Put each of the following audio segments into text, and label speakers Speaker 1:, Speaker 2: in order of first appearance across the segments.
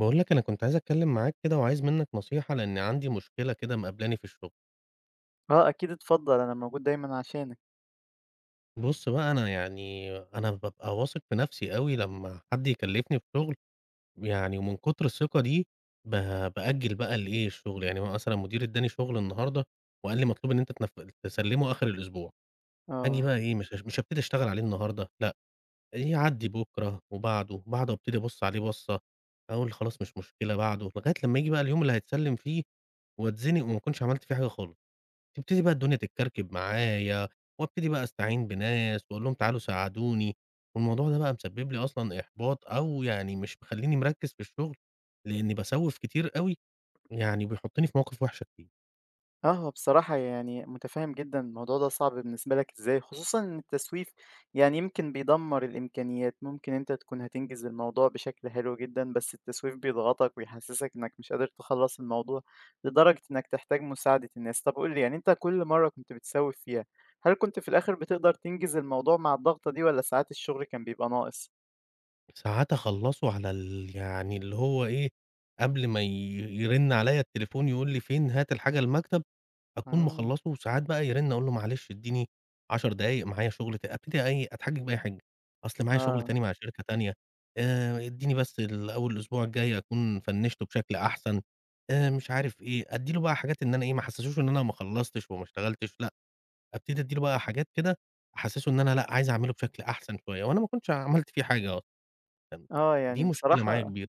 Speaker 1: باقول لك أنا كنت عايز أتكلّم معاك كده وعايز منّك نصيحة، لإن عندي مشكلة كده مقابلاني في الشغل.
Speaker 2: آه، أكيد اتفضّل، أنا موجود دايمًا عشانك.
Speaker 1: بُص بقى أنا يعني أنا بابقى واثق في نَفْسي أوي لمّا حد يكلّفني بشغل، يعني ومن كتر الثقة دي ب بأجّل بقى الإيه، الشغل. يعني هو مثلًا مديري ادّاني شغل النهارده وقال لي: "مطلوب إن أنت تسلِّمه آخِر الأسبوع." آجي
Speaker 2: آه.
Speaker 1: بقى إيه، مش هاش مش هابتدي أشتغل عليه النهارده لأ، يعدّي بُكرة وبعده، بعده أبتدي أبُص عليه بَصّة، أقول خلاص مش مشكلة، بعده، لغاية لمّا ييجي بقى اليوم اللي هيتسلِّم فيه واتزنق وما أكونش عملت فيه حاجة خالص. تبتدي بقى الدنيا تتكركب معايا، وابتدي بقى أستعين بناس وأقول لهم تعالوا ساعدوني، والموضوع ده بقى مسبب لي أصلًا إحباط أو يعني مش مخلّيني مركّز في الشغل، لإني باسوّف كتير أوي، يعني بيحطّني في مواقف وحشة كتير.
Speaker 2: آه، هو بصراحة يعني مُتفهِّم جدًا الموضوع ده صعب بالنسبة لك إزاي، خصوصًا إن التسويف يعني يمكن بيدمّر الإمكانيات، ممكن أنت تكون هتنجز الموضوع بشكل حلو جدًا، بس التسويف بيضغطك ويحسّسك إنّك مش قادر تخلّص الموضوع لدرجة إنّك تحتاج مساعدة الناس. طَب قُل لي، يعني أنت كل مرّة كنت بتسوّف فيها، هل كنت في الآخِر بتقدر تنجز الموضوع مع الضغطة دي والّا ساعات الشغل كان بيبقى ناقص؟
Speaker 1: ساعات أخلّصه على ال يعني اللي هو إيه، قبل ما يرن عليّا التليفون يقول لي فين هات الحاجة المكتب، أكون
Speaker 2: آه،
Speaker 1: مخلّصه وساعات بقى يرن أقول له معلش ادّيني 10 دقايق معايا شغل ت أبتدي أتحجج بأي حاجة، أصل معايا شغل
Speaker 2: آه.
Speaker 1: تاني مع شركة تانية، ادّيني بس أول الأسبوع الجاي أكون فنّشته بشكل أحسن، مش عارف إيه، أدّي له بقى حاجات إن أنا إيه، ما أحسّسوش إن أنا ما خلّصتش وما اشتغلتش لأ، أبتدي أدّي له بقى حاجات كده أحسّسه إن أنا لأ، عايز أعمله بشكل أحسن شوية وأنا ما كنتش عملت فيه حاجة أصلًا. كان
Speaker 2: آه،
Speaker 1: دي
Speaker 2: يعني
Speaker 1: مشكلة معايا
Speaker 2: بصراحة
Speaker 1: كبيرة،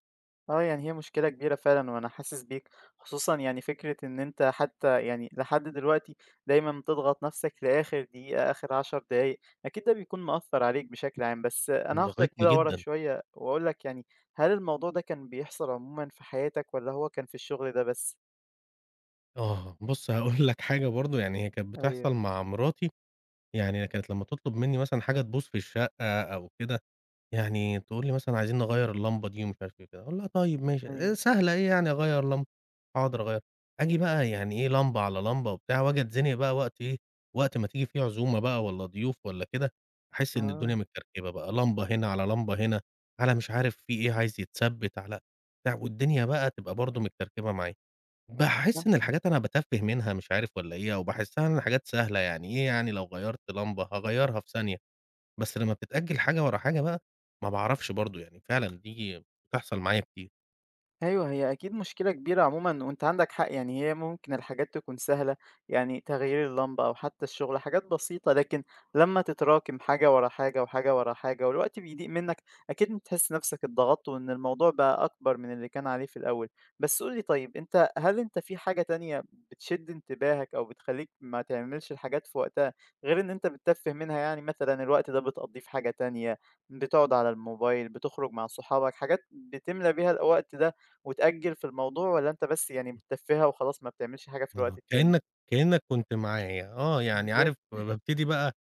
Speaker 2: آه، يعني هي مشكلة كبيرة فعلًا وأنا حاسس بيك، خصوصًا يعني فكرة إن أنت حتى يعني لحد دلوقتي دايمًا بتضغط نفسك لآخر دقيقة، آخر 10 دقايق، أكيد ده بيكون مأثّر عليك بشكل عام. بس أنا هاخدك
Speaker 1: ضاغطني
Speaker 2: كده ورا
Speaker 1: جدًا.
Speaker 2: شوية وأقول لك يعني هل الموضوع ده كان بيحصل عمومًا في حياتك والّا هو كان في الشغل ده بس؟
Speaker 1: آه، بُص هاقول لك حاجة برضه يعني هي كانت
Speaker 2: أيوه،
Speaker 1: بتحصل مع مراتي، يعني كانت لمّا تطلب منّي مثلًا حاجة تبوظ في الشقة أو كده، يعني تقول لي مثلًا عايزين نغيّر اللمبة دي ومش عارف إيه وكده، أقول لها طيب ماشي،
Speaker 2: أيوه،
Speaker 1: سهلة إيه يعني أغيّر لمبة، حاضر أغيّر، آجي بقى يعني إيه لمبة على لمبة وبتاع وآجي أتزنق بقى وقت إيه، وقت ما تيجي فيه عزومة بقى والّا ضيوف والّا كده، أحس إن الدنيا
Speaker 2: آه.
Speaker 1: متكركبة بقى، لمبة هنا على لمبة هنا، على مش عارف في إيه عايز يتثبت على بتاع، والدنيا بقى تبقى برضه متكركبة معايا، باحس إن الحاجات أنا باتفه منها مش عارف والّا إيه، أو باحسها إن الحاجات سهلة يعني إيه يعني لو غيّرت لمبة هاغيّرها في ثانية. بس لمّا بتتأجّل حاجة ورا حاجة بقى، ما باعرفش برضه يعني فعلًا دي بتحصل معايا كتير.
Speaker 2: أيوه، هي أكيد مشكلة كبيرة عمومًا وأنت عندك حق، يعني هي ممكن الحاجات تكون سهلة، يعني تغيير اللمبة أو حتى الشغل حاجات بسيطة، لكن لمّا تتراكم حاجة ورا حاجة وحاجة ورا حاجة والوقت بيضيق منّك، أكيد بتحس نفسك اتضغطت وإن الموضوع بقى أكبر من اللي كان عليه في الأول. بس قُل لي طيب أنت هل أنت في حاجة تانية بتشد انتباهك أو بتخلّيك ما تعملش الحاجات في وقتها غير إن أنت بتتفّه منها يعني مثلًا الوقت ده بتقضّيه في حاجة تانية، بتقعد على الموبايل، بتخرج مع صحابك، حاجات بتملى بيها الوقت ده وتأجّل في الموضوع والّا أنت بس يعني بتتفّهها وخلاص ما بتعملش حاجة في الوقت
Speaker 1: آه،
Speaker 2: التاني؟
Speaker 1: كإنك كنت معايا، آه، يعني
Speaker 2: إيه
Speaker 1: عارف بابتدي بقى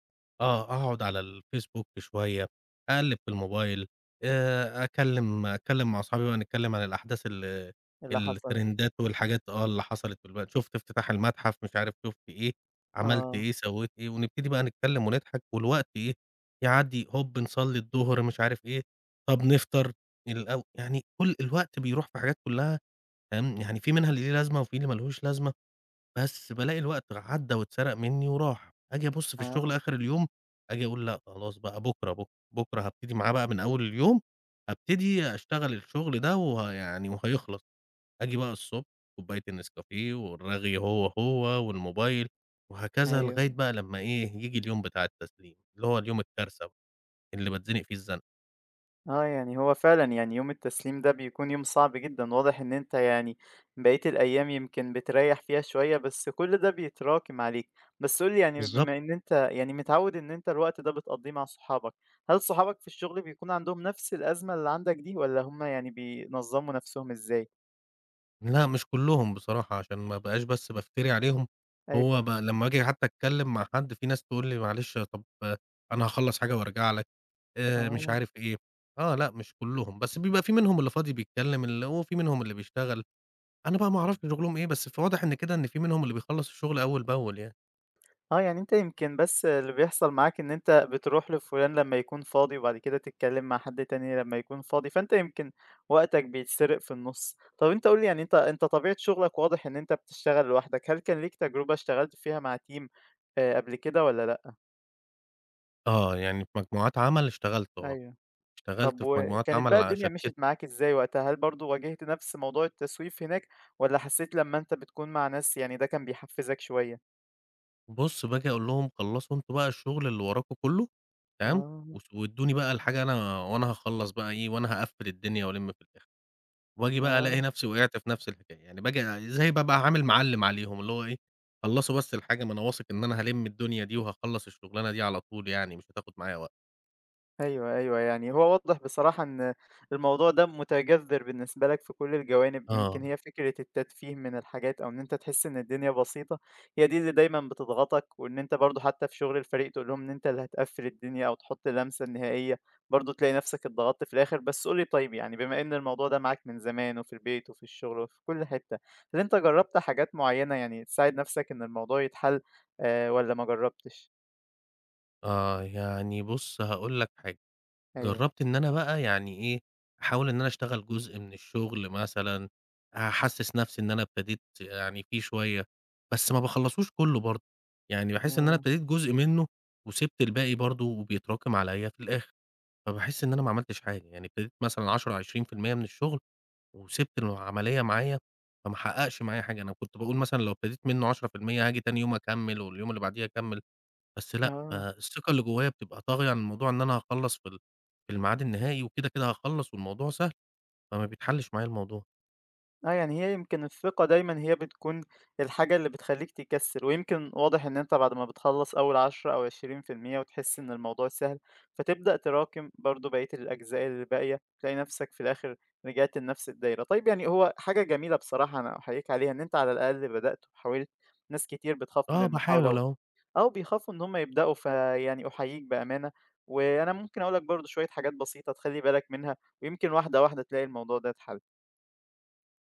Speaker 1: آه، أقعد على الفيسبوك شوية، أقلِّب في الموبايل، أتكلّم مع أصحابي بقى نتكلّم عن الأحداث
Speaker 2: اللي حصل؟
Speaker 1: الترندات والحاجات آه، اللي حصلت والوقت شُفت افتتاح المتحف مش عارف شُفت إيه، عملت
Speaker 2: آه،
Speaker 1: إيه، سوّيت إيه، ونبتدي بقى نتكلّم ونضحك والوقت إيه، يعدّي هوب نصلّي الضهر مش عارف إيه، طَب نفطر يعني كل الوقت بيروح في حاجات كلّها فاهم، يعني في منها اللي ليه لازمة وفي اللي ما لهوش لازمة. بس بالاقي الوقت عدّى واتسرق منّي وراح، آجي أبُص في
Speaker 2: آه،
Speaker 1: الشغل آخر اليوم، آجي أقول لأ خلاص بقى بُكرة، بُكرة، بُكرة هابتدي معاه بقى من أول اليوم، هابتدي أشتغل الشغل ده يعني وهيخلص، آجي بقى الصبح كوباية النسكافيه والرغي هو والموبايل وهكذا
Speaker 2: أيوه.
Speaker 1: لغاية بقى لمّا إيه، ييجي اليوم بتاع التسليم، اللي هو اليوم الكارثة بقى، اللي باتزنق فيه الزنقة.
Speaker 2: آه، يعني هو فعلًا يعني يوم التسليم ده بيكون يوم صعب جدًا، واضح إن أنت يعني بقية الأيام يمكن بتريّح فيها شوية، بس كل ده بيتراكم عليك. بس قُل لي يعني
Speaker 1: بالضبط.
Speaker 2: بما إن أنت يعني متعوّد إن أنت الوقت ده بتقضّيه مع صحابك، هل صحابك في الشغل بيكون عندهم نفس الأزمة اللي عندك دي والّا هم يعني بينظّموا نفسهم إزاي؟
Speaker 1: لأ، مش كلّهم بصراحة عشان ما ابقاش بس بافتري عليهم، هو
Speaker 2: أيوه،
Speaker 1: ب لمّا آجي حتى أتكلّم مع حد في ناس تقول لي: "معلش طب أنا هاخلّص حاجة وارجع لك." مش
Speaker 2: آه.
Speaker 1: عارف إيه. آه، لأ مش كلّهم، بس بيبقى في منهم اللي فاضي بيتكلّم ال وفي منهم اللي بيشتغل، أنا بقى ما اعرفش شغلهم إيه، بس فواضح إن كده إن في منهم اللي بيخلّص الشغل أول بأول يعني.
Speaker 2: آه، يعني أنت يمكن بس اللي بيحصل معاك إن أنت بتروح لفلان لمّا يكون فاضي، وبعد كده تتكلم مع حد تاني لمّا يكون فاضي، فأنت يمكن وقتك بيتسرق في النُص. طب أنت قُل لي يعني أنت طبيعة شغلك واضح إن أنت بتشتغل لوحدك، هل كان ليك تجربة اشتغلت فيها مع team قبل كده والّا لأ؟
Speaker 1: آه، يعني في مجموعات عمل اشتغلت آه،
Speaker 2: أيوه.
Speaker 1: اشتغلت
Speaker 2: طب
Speaker 1: في مجموعات
Speaker 2: وكانت
Speaker 1: عمل
Speaker 2: بقى
Speaker 1: ع
Speaker 2: الدنيا
Speaker 1: شكِّلت
Speaker 2: مشيت معاك إزاي وقتها؟ هل برضه واجهت نفس موضوع التسويف هناك والّا حسيت لمّا أنت بتكون مع ناس يعني ده كان بيحفّزك شوية؟
Speaker 1: بُص، باجي أقول لهم خلّصوا أنتم بقى الشغل اللي وراكم كلّه تمام،
Speaker 2: آه،
Speaker 1: وادّوني بقى الحاجة أنا وأنا هاخلّص بقى إيه، وأنا هاقفّل الدنيا وألِم في الآخر، وآجي بقى ألاقي
Speaker 2: آه.
Speaker 1: نفسي وقعت في نفس الحكاية، يعني باجي زي بابقى عامل معلِّم عليهم، اللي هو إيه، خلّصوا بس الحاجة ما أنا واثق إن أنا هالِم الدنيا دي وهاخلّص الشغلانة دي على طول يعني مش هتاخد معايا وقت.
Speaker 2: أيوه، أيوه، يعني هو واضح بصراحة إن الموضوع ده متجذر بالنسبة لك في كل الجوانب، يمكن
Speaker 1: آه،
Speaker 2: هي فكرة التدفيه من الحاجات أو إن أنت تحس إن الدنيا بسيطة، هي دي اللي دايمًا بتضغطك، وإن أنت برضه حتى في شغل الفريق تقول لهم إن أنت اللي هتقفّل الدنيا أو تحط اللمسة النهائية، برضه تلاقي نفسك اتضغطت في الآخر، بس قُل لي طيب يعني بما إن الموضوع ده معاك من زمان وفي البيت وفي الشغل وفي كل حتة، هل أنت جرّبت حاجات معيّنة يعني تساعد نفسك إن الموضوع يتحل والّا ما جرّبتش؟
Speaker 1: آه، يعني بُص هاقول لك حاجة
Speaker 2: أيوه،
Speaker 1: جرّبت إن أنا بقى يعني إيه، أحاول إن أنا أشتغل جزء من الشغل مثلًا، أحسّس نَفْسي إن أنا ابتديت يعني فيه شوية، بس ما باخلّصوش كُلّه برضه، يعني باحس إن أنا
Speaker 2: آه،
Speaker 1: ابتديت جزء منه وسِبت الباقي برضه وبيتراكم عليّا في الآخر، فباحس إن أنا ما عملتش حاجة، يعني ابتديت مثلًا 10، 20% من الشغل وسِبت العملية معايا، فما حقّقش معايا حاجة، أنا كنت باقول مثلًا لو ابتديت منه 10% هاجي تاني يوم أكمّل واليوم اللي بعديه أكمّل. بس لأ،
Speaker 2: آه.
Speaker 1: فالثقة اللي جوايا بتبقى طاغية عن الموضوع إن أنا هاخلّص في الميعاد النهائي وكده، كده هاخلّص والموضوع سهل، فما بيتحلّش معايا الموضوع.
Speaker 2: آه، يعني هي يمكن الثقة دايمًا هي بتكون الحاجة اللي بتخلّيك تكسِّل، ويمكن واضح إن أنت بعد ما بتخلّص أول 10 أو 20% وتحس إن الموضوع سهل، فتبدأ تراكم برضه بقية الأجزاء اللي باقية، تلاقي نَفْسك في الآخر رجعت لنَفْس الدايرة. طيب يعني هو حاجة جميلة بصراحة أنا أحييك عليها إن أنت على الأقل بدأت وحاولت، ناس كتير بتخاف من
Speaker 1: آه
Speaker 2: المحاولة
Speaker 1: باحاول
Speaker 2: و
Speaker 1: أهو.
Speaker 2: آه، بيخافوا إن هم يبدأوا، فيعني أحييك بأمانة، وأنا ممكن أقول لك برضه شوية حاجات بسيطة تخلّي بالك منها، ويمكن واحدة، واحدة تلاقي الموضوع ده اتحل.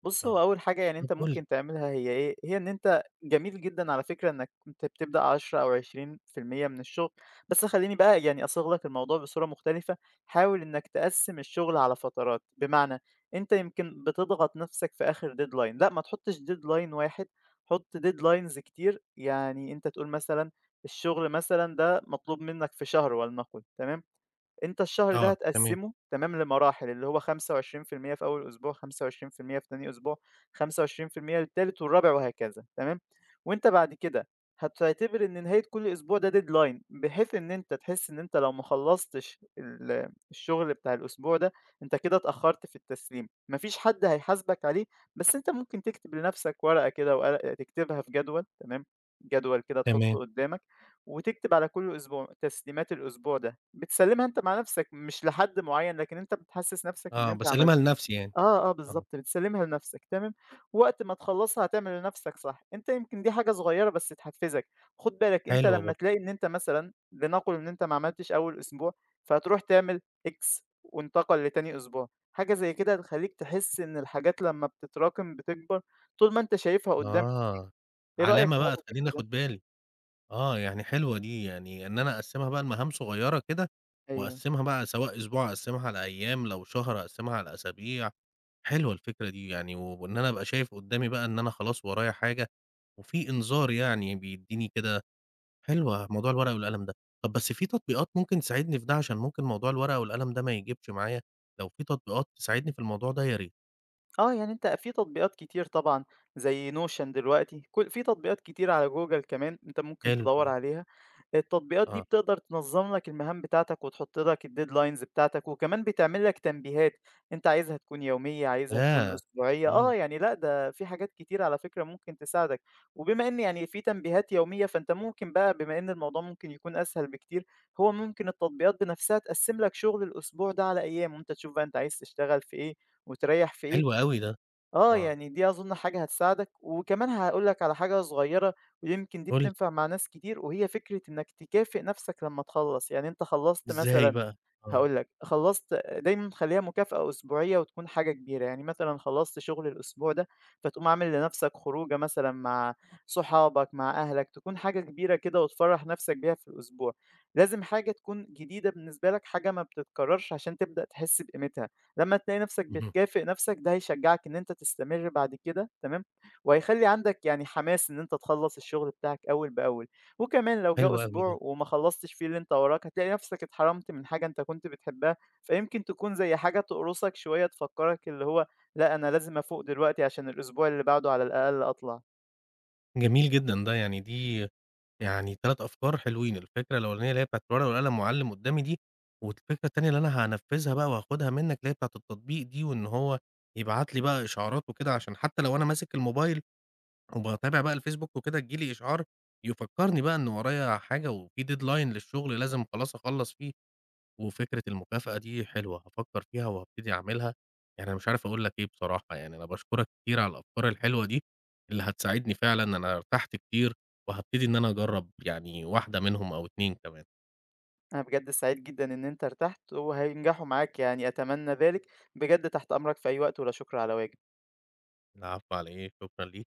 Speaker 2: بُص، هو
Speaker 1: آه.
Speaker 2: أول حاجة يعني
Speaker 1: طب
Speaker 2: أنت
Speaker 1: قُل لي.
Speaker 2: ممكن تعملها هي إيه، هي إن أنت جميل جدًا على فكرة إنك كنت بتبدأ 10 أو 20% من الشغل، بس خلّيني بقى يعني أصيغ لك الموضوع بصورة مختلفة، حاول إنك تقسّم الشغل على فترات، بمعنى أنت يمكن بتضغط نفسك في آخر deadline، لأ ما تحطش deadline واحد، حُط deadlines كتير، يعني أنت تقول مثلًا الشغل مثلًا ده مطلوب منك في شهر ولنقل تمام؟ أنت الشهر ده
Speaker 1: آه، تمام،
Speaker 2: هتقسّمه تمام لمراحل، اللي هو 25% في المية في أول أسبوع، 25% في المية في تاني أسبوع، 25% للتالت والرابع وهكذا تمام، وأنت بعد كده هتعتبر إن نهاية كل أسبوع ده deadline بحيث إن أنت تحس إن أنت لو ما خلّصتش الشغل بتاع الأسبوع ده، أنت كده اتأخّرت في التسليم، ما فيش حد هيحاسبك عليه، بس أنت ممكن تكتب لنفسك ورقة كده تكتبها في جدول تمام، جدول كده
Speaker 1: تمام.
Speaker 2: تحطّه قدّامك وتكتب على كل أسبوع تسليمات الأسبوع ده. بتسلّمها أنت مع نَفْسك، مش لحد معيّن، لكن أنت بتحسّس نَفْسك إن
Speaker 1: آه،
Speaker 2: أنت عملت
Speaker 1: باسلّمها لنَفْسي يعني.
Speaker 2: آه، آه
Speaker 1: آه.
Speaker 2: بالضبط، بتسلّمها لنَفْسك تمام، وقت ما تخلّصها هتعمل لنَفْسك صح، أنت يمكن دي حاجة صغيّرة بس تحفّزك، خُد بالك أنت
Speaker 1: حلوة
Speaker 2: لمّا
Speaker 1: برضه.
Speaker 2: تلاقي إن أنت مثلًا لنقُل إن أنت ما عملتش أول أسبوع، فهتروح تعمل X وانتقل لتاني أسبوع، حاجة زي كده هتخلّيك تحس إن الحاجات لمّا بتتراكم بتكبر، طول ما أنت شايفها قدّامك،
Speaker 1: آه.
Speaker 2: إيه رأيك في
Speaker 1: علامة بقى
Speaker 2: حاجة زي
Speaker 1: تخلّيني
Speaker 2: كده؟
Speaker 1: آخُد بالي. آه، يعني حلوة دي، يعني إن أنا أقسّمها بقى لمهام صغيّرة كده
Speaker 2: أيوه.
Speaker 1: وأقسّمها بقى سواء أسبوع أقسّمها على أيام، لو شهر أقسّمها على أسابيع. حلوة الفكرة دي يعني، وإن أنا أبقى شايف قدّامي بقى إن أنا خلاص ورايا حاجة، وفي إنذار يعني بيدّيني كده حلوة موضوع الورقة والقلم ده. طب بس في تطبيقات ممكن تساعدني في ده؟ عشان ممكن موضوع الورقة والقلم ده ما يجيبش معايا، لو في تطبيقات تساعدني في الموضوع ده يا ريت.
Speaker 2: آه، يعني أنت في تطبيقات كتير طبعًا زي notion دلوقتي، كل في تطبيقات كتير على جوجل كمان أنت ممكن
Speaker 1: حلو
Speaker 2: تدوّر
Speaker 1: ده،
Speaker 2: عليها، التطبيقات دي
Speaker 1: آه.
Speaker 2: بتقدر تنظّم لك المهام بتاعتك وتحط لك الdeadlines بتاعتك، وكمان بتعمل لك تنبيهات، أنت عايزها تكون يومية، عايزها تكون
Speaker 1: ياه!
Speaker 2: أسبوعية، آه،
Speaker 1: إمم،
Speaker 2: يعني لأ ده في حاجات كتير على فكرة ممكن تساعدك، وبما إن يعني في تنبيهات يومية فأنت ممكن بقى بما إن الموضوع ممكن يكون أسهل بكتير، هو ممكن التطبيقات بنفسها تقسّم لك شغل الأسبوع ده على أيام، وأنت تشوف بقى أنت عايز تشتغل في إيه وتريّح في
Speaker 1: حلو
Speaker 2: إيه.
Speaker 1: أوي ده،
Speaker 2: آه،
Speaker 1: آه.
Speaker 2: يعني دي أظن حاجة هتساعدك، وكمان هاقول لك على حاجة صغيرة ويمكن دي
Speaker 1: قُل لي
Speaker 2: بتنفع مع ناس كتير، وهي فكرة إنك تكافئ نفسك لمّا تخلّص، يعني أنت خلّصت
Speaker 1: إزاي
Speaker 2: مثلًا
Speaker 1: بقى؟ آه،
Speaker 2: هاقول لك، خلّصت دايمًا خلّيها مكافأة أسبوعية وتكون حاجة كبيرة، يعني مثلًا خلّصت شغل الأسبوع ده، فتقوم عامل لنَفْسك خروجة مثلًا مع صحابك، مع أهلك، تكون حاجة كبيرة كده وتفرّح نَفْسك بيها في الأسبوع. لازم حاجة تكون جديدة بالنسبة لك، حاجة ما بتتكرّرش عشان تبدأ تحس بقيمتها. لمّا تلاقي نَفْسك
Speaker 1: اهم،
Speaker 2: بتكافئ نَفْسك، ده هيشجّعك إن أنت تستمر بعد كده، تمام، وهيخلّي عندك يعني حماس إن أنت تخلّص الشغل بتاعك أول بأول. وكمان لو جه
Speaker 1: حلو أوي ده،
Speaker 2: أسبوع وما خلّصتش فيه اللي أنت وراك، هتلاقي نفسك اتحرمت من حاجة أنت كنت بتحبها، فيمكن تكون زي حاجة تقرصك شوية تفكّرك اللي هو لأ، أنا لازم أفوق دلوقتي عشان الأسبوع اللي بعده على الأقل أطلع.
Speaker 1: جميل جدًا ده، يعني دي يعني 3 أفكار حلوين، الفكرة الأولانية اللي هي بتاعة الورقة والقلم وأعلّم قدّامي دي، والفكرة التانية اللي أنا هانفّذها بقى وهاخدها منّك اللي هي بتاعة التطبيق دي، وإن هو يبعت لي بقى إشعارات وكده عشان حتى لو أنا ماسك الموبايل وباتابع بقى الفيسبوك وكده تيجي لي إشعار يفكّرني بقى إن ورايا حاجة وفي deadline للشغل لازم خلاص أخلّص فيه. وفكرة المكافأة دي حلوة، هافكّر فيها وهابتدي أعملها، يعني أنا مش عارف أقول لك إيه بصراحة، يعني أنا باشكرك كتير على الأفكار الحلوة دي، اللي هتساعدني فعلًا أنا ارتحت كتير، وهابتدي إن أنا أجرّب يعني واحدة منهم أو 2 كمان.
Speaker 2: أنا بجد سعيد جدًا إن أنت ارتحت وهينجحوا معاك يعني أتمنى ذلك، بجد تحت أمرك في أي وقت ولا شكر على واجب.
Speaker 1: العفو على إيه، شكرًا ليك.